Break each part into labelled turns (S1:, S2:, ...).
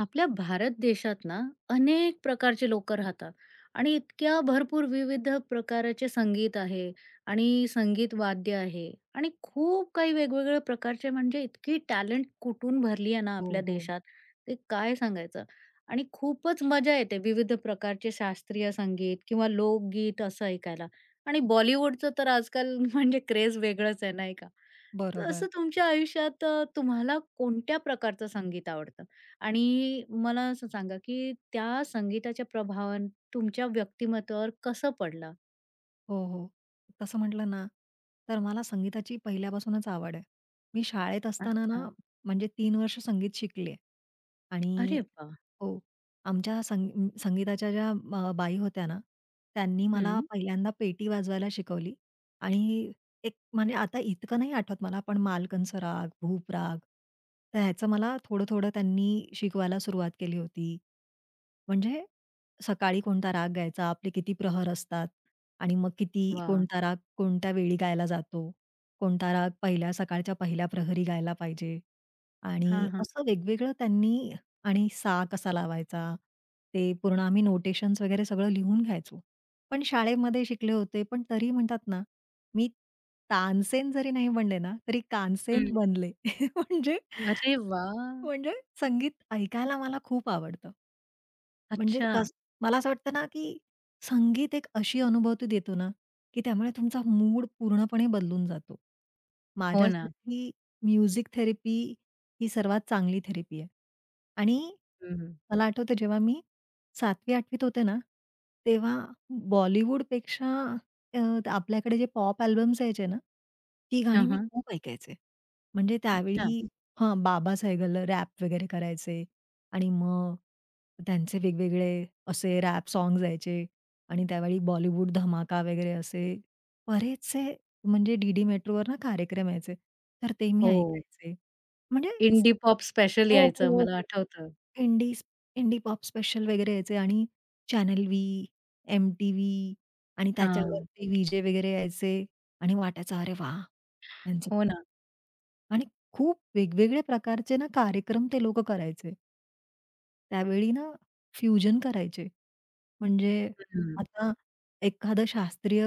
S1: आपल्या भारत देशात ना अनेक प्रकारचे लोक राहतात आणि इतक्या भरपूर विविध प्रकाराचे संगीत आहे आणि संगीत वाद्य आहे आणि खूप काही वेगवेगळ्या प्रकारचे म्हणजे इतकी टॅलेंट कुठून भरली आहे ना
S2: हो,
S1: आपल्या
S2: हो.
S1: देशात ते काय सांगायचं. आणि खूपच मजा येते विविध प्रकारचे शास्त्रीय संगीत किंवा लोकगीत असं ऐकायला. आणि बॉलिवूडचं तर आजकाल म्हणजे क्रेज वेगळंच आहे नाही का? तर
S2: बरोबर.
S1: असं तुमच्या आयुष्यात तुम्हाला कोणत्या प्रकारचं संगीत आवडतं? आणि मला असं सांगा, की त्या संगीताच्या प्रभावानं तुमच्या व्यक्तिमत्वावर कसं पडला?
S2: हो, हो. तसं म्हटलं ना, तर मला संगीताची पहिल्यापासूनच आवड आहे. मी शाळेत असताना ना,
S1: अच्छा.
S2: म्हणजे तीन वर्ष संगीत शिकली आहे. आणि
S1: अरे वाह!
S2: हो, आमच्या संगीताच्या ज्या बाई होत्या ना, त्यांनी मला
S1: हं.
S2: पहिल्यांदा पेटी वाजवायला शिकवली आणि एक म्हणजे आता इतकं नाही आठवत मला, पण मालकंस राग, भूप राग, तर ह्याचं मला थोडं-थोडं त्यांनी शिकवायला सुरुवात केली होती. म्हणजे सकाळी कोणता राग गायचा, आपले किती प्रहर असतात आणि मग किती
S1: वाह!
S2: कोणता राग कोणत्या वेळी गायला जातो, कोणता राग पहिल्या सकाळच्या पहिल्या प्रहरी गायला पाहिजे आणि
S1: हां, हां.
S2: असं वेगवेगळं त्यांनी आणि सा कसा लावायचा, ते पूर्ण आम्ही नोटेशन्स वगैरे सगळं लिहून घ्यायचो. पण शाळेमध्ये शिकले होते, पण तरी म्हणतात ना, मी तानसेन जरी नाही बनले ना, तरी कानसेन
S1: हं.
S2: बनले. म्हणजे
S1: अरे वाह!
S2: म्हणजे संगीत ऐकायला मला खूप आवडतं. म्हणजे
S1: अच्छा.
S2: कसं मला असं वाटतं ना, की संगीत एक अशी अनुभूती देतो ना, की त्यामुळे तुमचा मूड पूर्णपणे बदलून जातो.
S1: हो ना.
S2: माझ्यासाठी म्युझिक थेरपी ही सर्वात चांगली थेरपी आहे. आणि
S1: हं, हं.
S2: मला आठवतं जेव्हा मी 7वी-8वीत होते ना, तेव्हा बॉलिवूडपेक्षा अ, आपल्याकडे जे पॉप अल्बम्स यायचे ना, ती गाणी
S1: हां,
S2: मी
S1: हां.
S2: खूप ऐकायचे. म्हणजे
S1: अच्छा.
S2: त्यावेळी हां, बाबा सहगल रॅप वगैरे करायचे. आणि मग त्यांचे वेगवेगळे असे रॅप सॉन्ग्स यायचे आणि त्यावेळी बॉलिवूड धमाका वगैरे असे बरेचसे म्हणजे डी-डी मेट्रोवर ना कार्यक्रम यायचे. तर ते मी
S1: हो.
S2: ऐकायचे. म्हणजे स
S1: इंडी पॉप स्पेशल
S2: हो,
S1: यायचं
S2: हो, हो.
S1: मला आठवतं.
S2: इंडी इंडी पॉप स्पेशल वगैरे यायचे आणि चॅनल व्ही, एम-टी-व्ही आणि
S1: हां.
S2: त्याच्यावरती व्हीजे वगैरे यायचे आणि वाटायचं अरे वाह! त्यांचं
S1: हो ना.
S2: आणि खूप वेगवेगळ्या प्रकारचे ना कार्यक्रम ते लोकं करायचे. त्यावेळी ना फ्युजन करायचे. म्हणजे
S1: हं.
S2: आता एखादं शास्त्रीय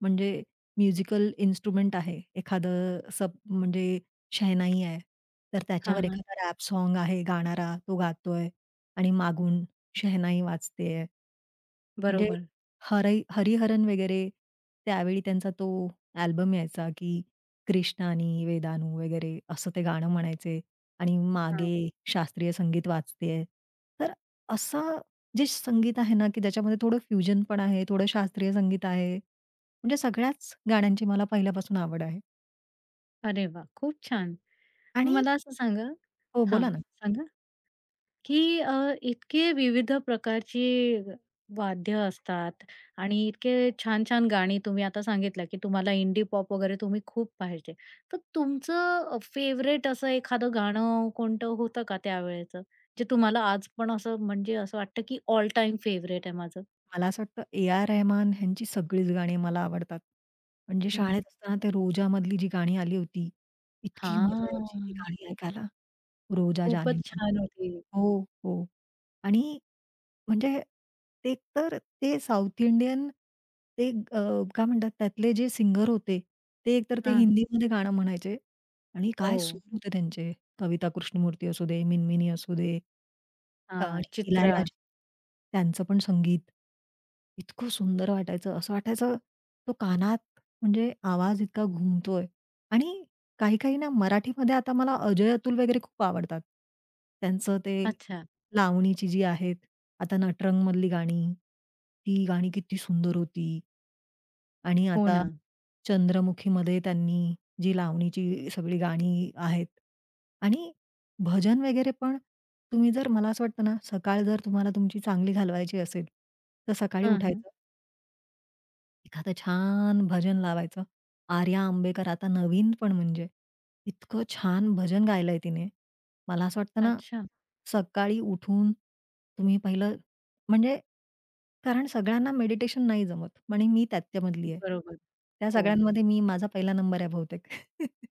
S2: म्हणजे म्युझिकल इन्स्ट्रुमेंट आहे, एखादं सब म्हणजे शहनाई आहे, तर
S1: हां,
S2: त्याच्यावर
S1: हां.
S2: एखादा रॅप सॉन्ग आहे गाणारा, तो गातोय आणि मागून शहनाई वाजतेय. म्हणजे
S1: बरोबर.
S2: हरी हरिहरन वगैरे त्यावेळी त्यांचा तो अल्बम यायचा, की कृष्णानी, वेदानू वगैरे असं ते गाणं म्हणायचे आणि
S1: हां.
S2: मागे शास्त्रीय संगीत वाजतेय. तर असं जे संगीत आहे ना, की ज्याच्यामध्ये थोडं फ्युजन पण आहे, थोडं शास्त्रीय संगीत आहे. म्हणजे सगळ्याच गाण्यांची मला पहिल्यापासून आवड आहे.
S1: अरे वाह! खूप छान. मग
S2: आणि
S1: मला असं सांगा.
S2: हो, बोला
S1: हां,
S2: ना.
S1: सांगा? की इतके विविध प्रकारची वाद्य असतात आणि इतके छान छान गाणी तुम्ही आता सांगितलं की तुम्हाला इंडी पॉप वगैरे तुम्ही खूप पाहायचे. तर तुमचं फेव्हरेट असं एखादं गाणं कोणतं होतं का त्यावेळेचं? जे तुम्हाला आज पण असं म्हणजे असं वाटतं की ऑल टाईम फेव्हरेट आहे माझं?
S2: मला असं वाटतं ए.आर. रहमान ह्यांची सगळीच गाणी मला आवडतात. म्हणजे
S1: हं.
S2: शाळेत असताना ते रोजामधली जी गाणी आली होती, इतकी मजा यायची ती
S1: हां.
S2: गाणी ऐकायला. रोजा
S1: खूपच
S2: जानेमा.
S1: छान होती.
S2: हो, हो. आणि म्हणजे ते तर ते साउथ इंडियन ते काय म्हणतात त्यातले जे सिंगर होते, ते एकतर ते
S1: हां.
S2: हिंदीमध्ये गाणं म्हणायचे आणि
S1: हो.
S2: काय सूर होते त्यांचे. कविता कृष्णमूर्ती असू दे, मिनमिनी असू दे आणि
S1: हां. चित्रा.
S2: इलायराजा. त्यांचं पण संगीत. इतकं सुंदर वाटायचं. असं वाटायचं तो कानात म्हणजे आवाज इतका घुमतोय आणि काही-काही ना मराठीमध्ये आता मला अजय अतुल वगैरे खूप आवडतात. त्यांचं ते
S1: अच्छा.
S2: लावणीची जी आहेत, आता नटरंगमधली गाणी, ती गाणी किती सुंदर होती आणि
S1: हो
S2: आता
S1: ना.
S2: चंद्रमुखीमध्ये त्यांनी जी लावणीची सगळी गाणी आहेत आणि भजन वगैरे पण तुम्ही जर मला असं वाटतं ना, सकाळ जर तुम्हाला तुमची चांगली घालवायची असेल, तर सकाळी
S1: हं, हं.
S2: उठायचं एखादं छान भजन लावायचं. आर्या आंबेकर आता नवीन पण म्हणजे इतकं छान भजन गायलंय तिने. मला असं वाटतं ना,
S1: अच्छा.
S2: सकाळी उठून तुम्ही पहिलं म्हणजे कारण सगळ्यांना मेडिटेशन नाही जमत आणि मी त्याच्यामधली आहे.
S1: बरोबर.
S2: त्या
S1: हो.
S2: सगळ्यांमध्ये मी माझा पहिला नंबर आहे बहुतेक.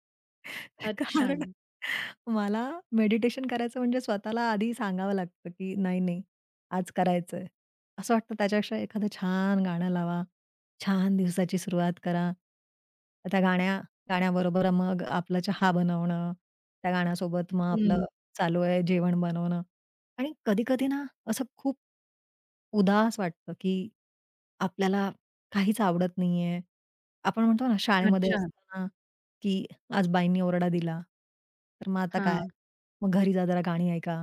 S1: अच्छा.
S2: कारण मला मेडिटेशन करायचं म्हणजे स्वतःला आधी सांगावं लागतं, की नाही, नाही आज करायचंय. असं वाटतं त्याच्यापेक्षा एखादं छान गाणं लावा. छान दिवसाची सुरुवात करा. त्या गाण्या गाण्याबरोबर मग आपला चहा बनवणं, त्या गाण्यासोबत मग आपलं
S1: हं.
S2: चालू आहे जेवण बनवणं आणि कधी-कधी ना असं खूप उदास वाटतं, की आपल्याला काहीच आवडत नाहीये. आपण म्हणतो ना शाळेमध्ये
S1: अच्छा.
S2: असताना, की आज बाईंनी ओरडा दिला, तर मग आता काय?
S1: हां.
S2: मग घरी जा जरा गाणी ऐका.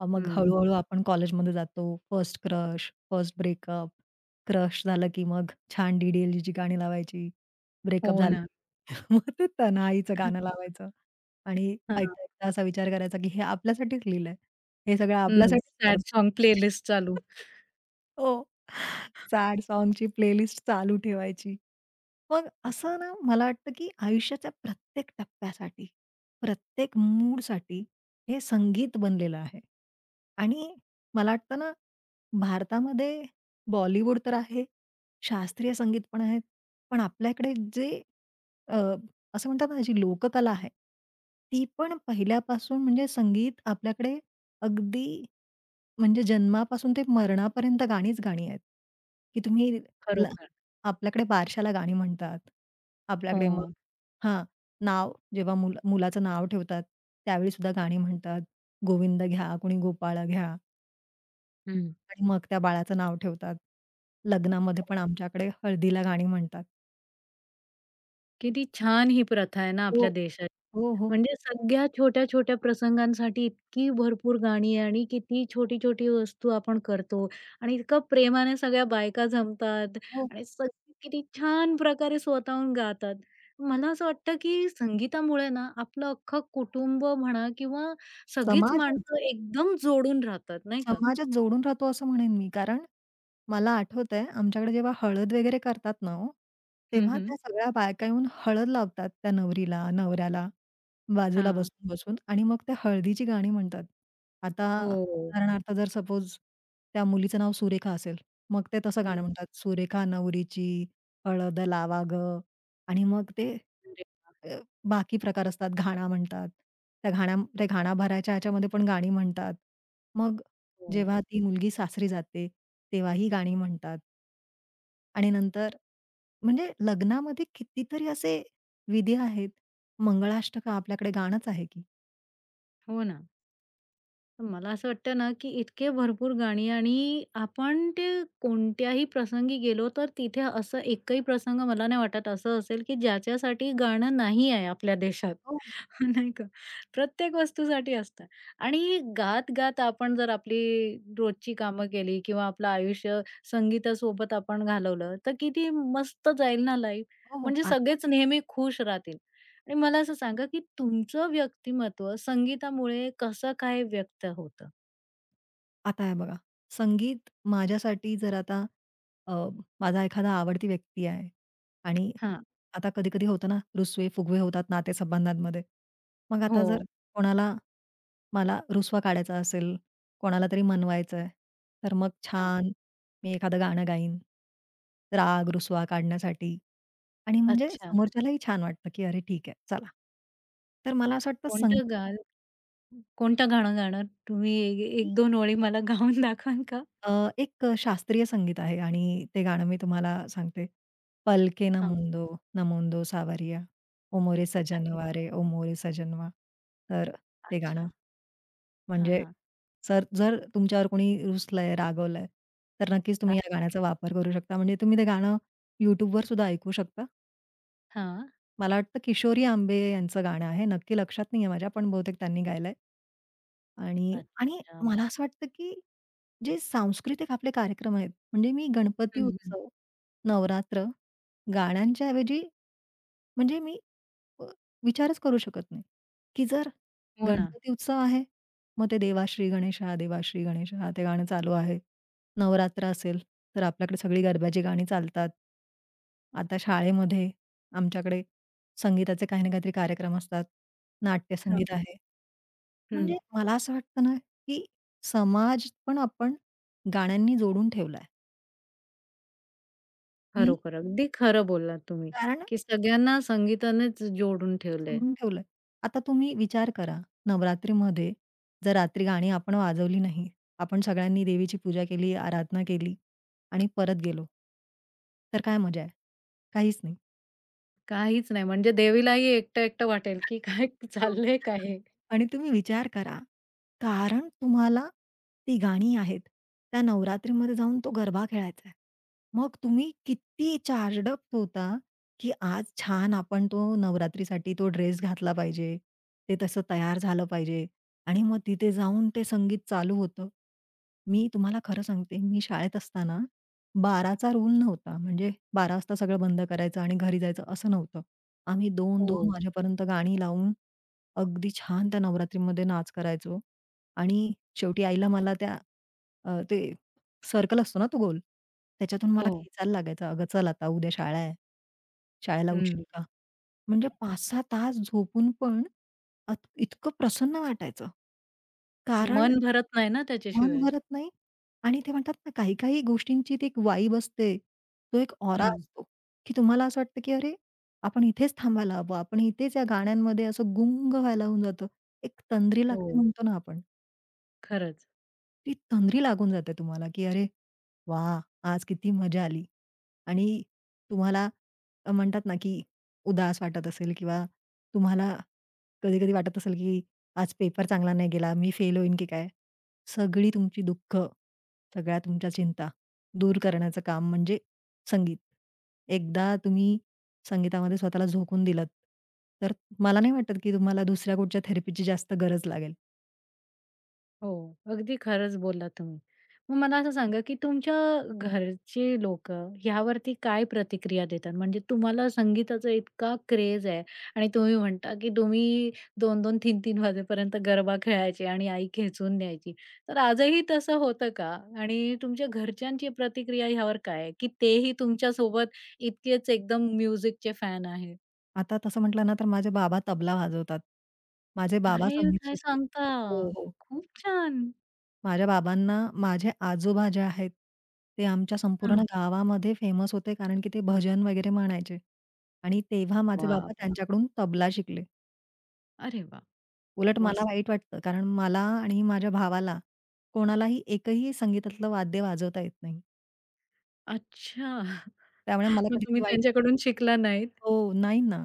S2: मग
S1: हं.
S2: हळू-हळू आपण कॉलेजमध्ये जातो. First crush, first breakup, crush झालं की मग छान डी-डी-एल-जीची गाणी लावायची. ब्रेकअप
S1: हो
S2: झालं
S1: ना.
S2: की मग ते 'तन्हाई'चं गाणं लावायचं आणि
S1: हां.
S2: ऐकता-ऐकता असा विचार करायचा, की हे आपल्यासाठीच लिहिलंय. हे सगळं
S1: हं.
S2: आपल्यासाठीच
S1: सॅड
S2: करतात.
S1: सॉन्ग प्लेलिस्ट चालू.
S2: हो. सॅड सॉन्गची प्लेलिस्ट चालू ठेवायची. मग असं ना मला वाटतं, की आयुष्याच्या प्रत्येक टप्प्यासाठी, प्रत्येक मूडसाठी हे संगीत बनलेलं आहे. आणि मला वाटतं ना, भारतामध्ये बॉलिवूड तर आहे, शास्त्रीय संगीत पण आहेत. पण आपल्याकडे जे अ, असं म्हणतात ना, जी लोककला आहे, ती पण पहिल्यापासून म्हणजे संगीत आपल्याकडे अगदी म्हणजे जन्मापासून ते मरणापर्यंत गाणीच गाणी आहेत, की तुम्ही ल
S1: खरोखर.
S2: आपल्याकडे बारशाला गाणी म्हणतात. आपल्याकडे मग
S1: हो.
S2: हां, नाव जेव्हा मुलाचं नाव ठेवतात, त्यावेळी सुद्धा गाणी म्हणतात. गोविंद घ्या, कोणी गोपाळा घ्या
S1: हं.
S2: आणि मग त्या बाळाचं नाव ठेवतात. लग्नामध्ये पण आमच्याकडे हळदीला गाणी म्हणतात.
S1: किती छान ही प्रथा आहे ना
S2: हो,
S1: आपल्या देशात.
S2: हो, हो,
S1: म्हणजे सगळ्या छोट्या-छोट्या प्रसंगांसाठी इतकी भरपूर गाणी आहे आणि किती छोटी-छोटी वस्तू आपण करतो आणि इतकं प्रेमाने सगळ्या बायका जमतात
S2: हो.
S1: आणि सगळी किती छान प्रकारे स्वतःहून गातात. मला असं वाटतं, की संगीतामुळे ना आपलं अख्खं कुटुंब म्हणा किंवा सगळीच
S2: समाजच,
S1: माणसं एकदम जोडून राहतात, नाही का?
S2: समाजच जोडून राहतो असं म्हणेन मी. कारण मला आठवतंय आमच्याकडे जेव्हा हळद वगैरे करतात ना हो,
S1: हं,
S2: तेव्हा
S1: हं.
S2: त्या सगळ्या बायका येऊन हळद लावतात त्या नवरीला, नवऱ्याला बाजूला
S1: हां.
S2: बसून-बसून आणि मग त्या हळदीची गाणी म्हणतात. आता
S1: हो. हो.
S2: उदाहरणार्थ जर सपोज त्या मुलीचं नाव सुरेखा असेल, मग ते तसं गाणं म्हणतात, "सुरेखा नवरीची हळद लावा गं" आणि मग ते
S1: अरे,
S2: अ, बाकी प्रकार असतात, घाणा म्हणतात. त्या घाणा भरायच्या ह्याच्यामध्ये पण गाणी म्हणतात. मग
S1: हो.
S2: जेव्हा ती मुलगी सासरी जाते, तेव्हाही गाणी म्हणतात. आणि नंतर म्हणजे लग्नामध्ये कितीतरी असे विधी आहेत. मंगळाष्टक आपल्याकडे गाणंच आहे की.
S1: हो ना. तर मला असं वाटतं ना, की इतके भरपूर गाणी आणि आपण ते कोणत्याही प्रसंगी गेलो, तर तिथे असं एकही प्रसंग मला नाही वाटत असं असेल, की ज्याच्यासाठी गाणं नाही आहे आपल्या देशात.
S2: हो,
S1: नाही का? प्रत्येक वस्तूसाठी असतं आणि गात-गात आपण जर आपली रोजची कामं केली किंवा आपलं आयुष्य संगीतासोबत आपण घालवलं, तर किती मस्त जाईल ना लाईफ.
S2: हो, हो.
S1: म्हणजे
S2: आ
S1: सगळेच नेहमी खुश राहतील. आणि मला असं सांगा, की तुमचं व्यक्तिमत्व संगीतामुळे कसं काय व्यक्त होतं?
S2: आता हे बघा, संगीत माझ्यासाठी जर आता अ, माझा एखादा आवडती व्यक्ती आहे आणि
S1: हां.
S2: आता कधी-कधी होतं ना, रुसवे-फुगवे होतात नातेसंबंधांमध्ये. मग
S1: हो.
S2: आता जर कोणाला मला रुसवा काढायचा असेल, कोणाला तरी मनवायचं आहे, तर मग
S1: हां.
S2: छान मी एखादं गाणं गाईन. राग, रुसवा काढण्यासाठी आणि म्हणजे
S1: अच्छा.
S2: समोरच्यालाही छान वाटतं, की "अरे ठीक आहे, चला." तर मला असं वाटतं संगीत
S1: कोणतं गाल कोणतं गाणं गाणार? तुम्ही 1-2 ओळी मला गाऊन दाखवाल का?
S2: एक शास्त्रीय संगीत आहे आणि ते गाणं मी तुम्हाला सांगते. पलके
S1: हां.
S2: नमुंदो, नमुंदो सावरिया, ओ मोरे
S1: अरे
S2: सजनवा
S1: वाह!
S2: रे, ओ मोरे सजनवा. तर ते गाणं
S1: अच्छा. हां,
S2: म्हणजे
S1: हां.
S2: सर जर तुमच्यावर कोणी रुसलंय, रागवलंय, तर नक्कीच
S1: अ,
S2: तुम्ही या गाण्याचा वापर करू शकता. म्हणजे तुम्ही ते गाणं YouTubeवर सुद्धा ऐकू शकता.
S1: हां.
S2: मला वाटतं किशोरी आंबे यांचं गाणं आहे. नक्की लक्षात नाहीये माझ्या, पण बहुतेक त्यांनी गायलंय. आणि आणि
S1: अच्छा.
S2: मला असं वाटतं, की जे सांस्कृतिक आपले कार्यक्रम आहेत, म्हणजे मी गणपती
S1: हं, हं.
S2: उत्सव, नवरात्र, गाण्यांच्या ऐवजी म्हणजे मी अ, विचारच करू शकत नाही, की जर
S1: हो ना.
S2: गणपती उत्सव आहे, मग ते "देवा श्री गणेशा, देवा श्री गणेशा" ते गाणं चालू आहे. नवरात्र असेल, तर आपल्याकडे सगळी गरब्याची गाणी चालतात. आता शाळेमध्ये आमच्याकडे संगीताचे काही ना काहीतरी कार्यक्रम असतात.
S1: हां,
S2: नाट्यसंगीत
S1: हां.
S2: आहे.
S1: हं.
S2: म्हणजे मला असं वाटतं ना, की समाज पण आपण गाण्यांनी जोडून ठेवलाय. मी
S1: खरोखर अगदी खरं बोललात तुम्ही,
S2: कारण
S1: की सगळ्यांना संगीतानेच जोडून ठेवलंय.
S2: जोडून ठेवलंय. आता तुम्ही विचार करा, नवरात्रीमध्ये जर रात्री गाणी आपण वाजवली नाही, आपण सगळ्यांनी देवीची पूजा केली, आराधना केली आणि परत गेलो. तर काय मजा आहे? काहीच
S1: काहीच नाही म्हणजे देवीलाही एकटं-एकटं वाटेल, की काय?
S2: नाही.
S1: चाललंय काय हे?
S2: आणि तुम्ही विचार करा, कारण तुम्हाला ती गाणी आहेत. त्या नवरात्रीमध्ये जाऊन तो गरबा खेळायचा आहे. मग तुम्ही किती चार्जड अप होता, की आज छान आपण तो नवरात्रीसाठी तो ड्रेस घातला पाहिजे. ते तसं तयार झालं पाहिजे आणि मग तिथे जाऊन ते संगीत चालू होतं. मी तुम्हाला खरं सांगते, मी शाळेत असताना 12चा रूल नव्हता. म्हणजे 12 वाजता सगळं बंद करायचं आणि घरी जायचं असं नव्हतं. आम्ही 2
S1: हो.
S2: वाजेपर्यंत गाणी लावून अगदी छान त्या नवरात्रीमध्ये नाच करायचो आणि शेवटी आईला मला त्या अ, ते सर्कल असतो ना तो गोल, त्याच्यातून मला
S1: हो.
S2: खेचायला लागायचा. "अगं चल आता उद्या शाळा आहे. शाळेला उठशील
S1: हं.
S2: का?" म्हणजे 5-6 तास झोपून पण अत इतकं प्रसन्न वाटायचं. कारण
S1: मन भरत नाही ना
S2: मन
S1: त्याच्याशिवाय.
S2: भरत नाही आणि ते म्हणतात ना, काही-काही गोष्टींची ती एक वाइब असते. तो एक ऑरा
S1: हं.
S2: असतो, की तुम्हाला असं वाटतं, की अरे, आपण इथेच थांबायला हवं. आपण इथेच या गाण्यांमध्ये असं गुंग व्हायला होऊन जातं. एक तंद्री
S1: हो.
S2: लागते म्हणतो ना आपण.
S1: खरंच.
S2: ती तंद्री लागून जाते तुम्हाला, की "अरे वाह! आज किती मजा आली." आणि तुम्हाला म्हणतात ना, की उदास वाटत असेल किंवा तुम्हाला कधी-कधी वाटत असेल, की "आज पेपर चांगला नाही गेला, मी फेल होईन की काय?" सगळी तुमची दुःख, सगळ्या तुमच्या चिंता दूर करण्याचं काम म्हणजे संगीत. एकदा तुम्ही संगीतामध्ये स्वतःला झोकून दिलत, तर मला नाही वाटत, की तुम्हाला दुसऱ्या कुठच्या थेरपीची जास्त गरज लागेल.
S1: हो, अगदी खरंच बोललात तुम्ही. मग मला असं सांगा, की तुमच्या घरचे लोकं ह्यावरती काय प्रतिक्रिया देतात? म्हणजे तुम्हाला संगीताचा इतका क्रेज आहे आणि तुम्ही म्हणता, की तुम्ही दोन-दोन 3-3 वाजेपर्यंत गरबा खेळायचे आणि आई खेचून न्यायची. तर आजही तसं होतं का? आणि तुमच्या घरच्यांची प्रतिक्रिया ह्यावर काय आहे? की तेही तुमच्यासोबत इतकेच एकदम म्युझिकचे फॅन आहेत?
S2: आता तसं म्हटलं ना, तर माझे बाबा तबला वाजवतात. माझे बाबा
S1: अरे,
S2: संगीत
S1: काय
S2: शिकले.
S1: सांगता?
S2: हो, हो.
S1: खूप छान!
S2: माझ्या बाबांना माझे आजोबा जे आहेत, ते आमच्या
S1: हां.
S2: संपूर्ण गावामध्ये फेमस होते, कारण की ते भजन वगैरे म्हणायचे. आणि तेव्हा माझे
S1: वाह,
S2: बाबा
S1: वाह!
S2: त्यांच्याकडून तबला शिकले.
S1: अरे वाह!
S2: उलट मला
S1: मस्त.
S2: वाईट वाटतं, कारण मला आणि माझ्या भावाला कोणालाही एकही संगीतातलं वाद्य वाजवता येत नाही.
S1: अच्छा.
S2: त्यामुळे मला
S1: मग
S2: कधी-कधी
S1: तुम्ही
S2: वाईट वाटतं
S1: त्यांच्याकडून शिकला नाहीत?
S2: हो, नाही ना.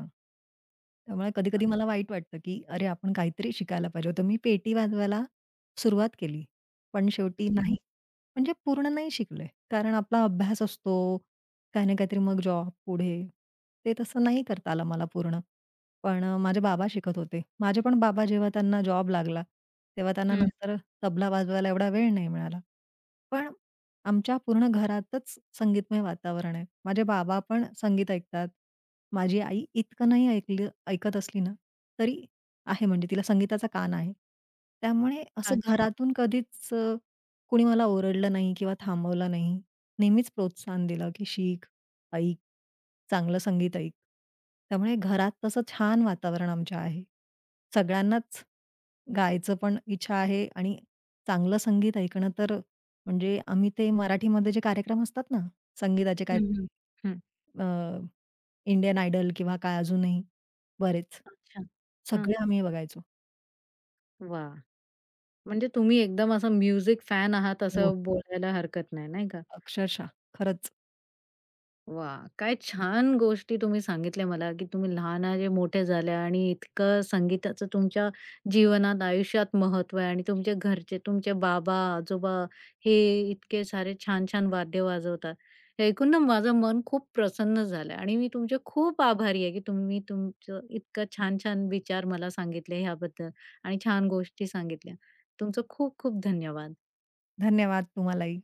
S2: त्यामुळे कधी-कधी मला वाईट वाटतं, की अरे, आपण काहीतरी शिकायला पाहिजे होतं. मी पेटी वाजवायला सुरुवात केली, पण शेवटी नाही.
S1: हं,
S2: म्हणजे पूर्ण नाही शिकले. कारण आपला अभ्यास असतो, काही ना काहीतरी मग जॉब पुढे. ते तसं नाही करता आलं मला पूर्ण. पण माझे बाबा शिकत होते. माझे पण बाबा जेव्हा त्यांना जॉब लागला, तेव्हा त्यांना
S1: हं.
S2: नंतर तबला वाजवायला एवढा वेळ नाही मिळाला. पण आमच्या पूर्ण घरातच संगीतमय वातावरण आहे. माझे बाबा पण संगीत ऐकतात. माझी आई इतकं नाही ऐकलं ऐकत असली ना, तरी आहे म्हणजे तिला संगीताचा कान आहे. त्यामुळे असं
S1: अच्छा.
S2: घरातून कधीच कुणी मला ओरडलं नाही किंवा थांबवलं नाही. नेहमीच प्रोत्साहन दिलं, की "शिक, ऐक, चांगलं संगीत ऐक." त्यामुळे घरात तसं छान वातावरण आमच्या आहे. सगळ्यांनाच गायचं पण इच्छा आहे आणि चांगलं संगीत ऐकणं तर म्हणजे आम्ही ते मराठीमध्ये जे कार्यक्रम असतात ना, संगीताचे काय
S1: हं, हं. हं.
S2: अ, इंडियन आयडल किंवा काय अजूनही बरेच.
S1: अच्छा. हां.
S2: सगळे आम्ही बघायचो.
S1: वाह! म्हणजे तुम्ही एकदम असं म्युझिक फॅन आहात
S2: हो.
S1: असं बोलायला हरकत नाही, नाही का?
S2: अक्षरशः खरंच
S1: वाह! काय छान गोष्टी तुम्ही सांगितल्या मला, की तुम्ही लहानाचे मोठे झाल्या आणि इतकं संगीताचं तुमच्या जीवनात, आयुष्यात महत्त्व आहे आणि तुमचे घरचे, तुमचे बाबा, आजोबा हे इतके सारे छान-छान वाद्य वाजवतात. हे ऐकून ना माझं मन खूप प्रसन्न झालं आणि मी तुमचे खूप आभारी आहे, की तुम्ही तुमचं इतकं छान-छान विचार मला सांगितले ह्याबद्दल आणि छान गोष्टी सांगितल्या. तुमचं खूप खूप धन्यवाद.
S2: धन्यवाद तुम्हालाही.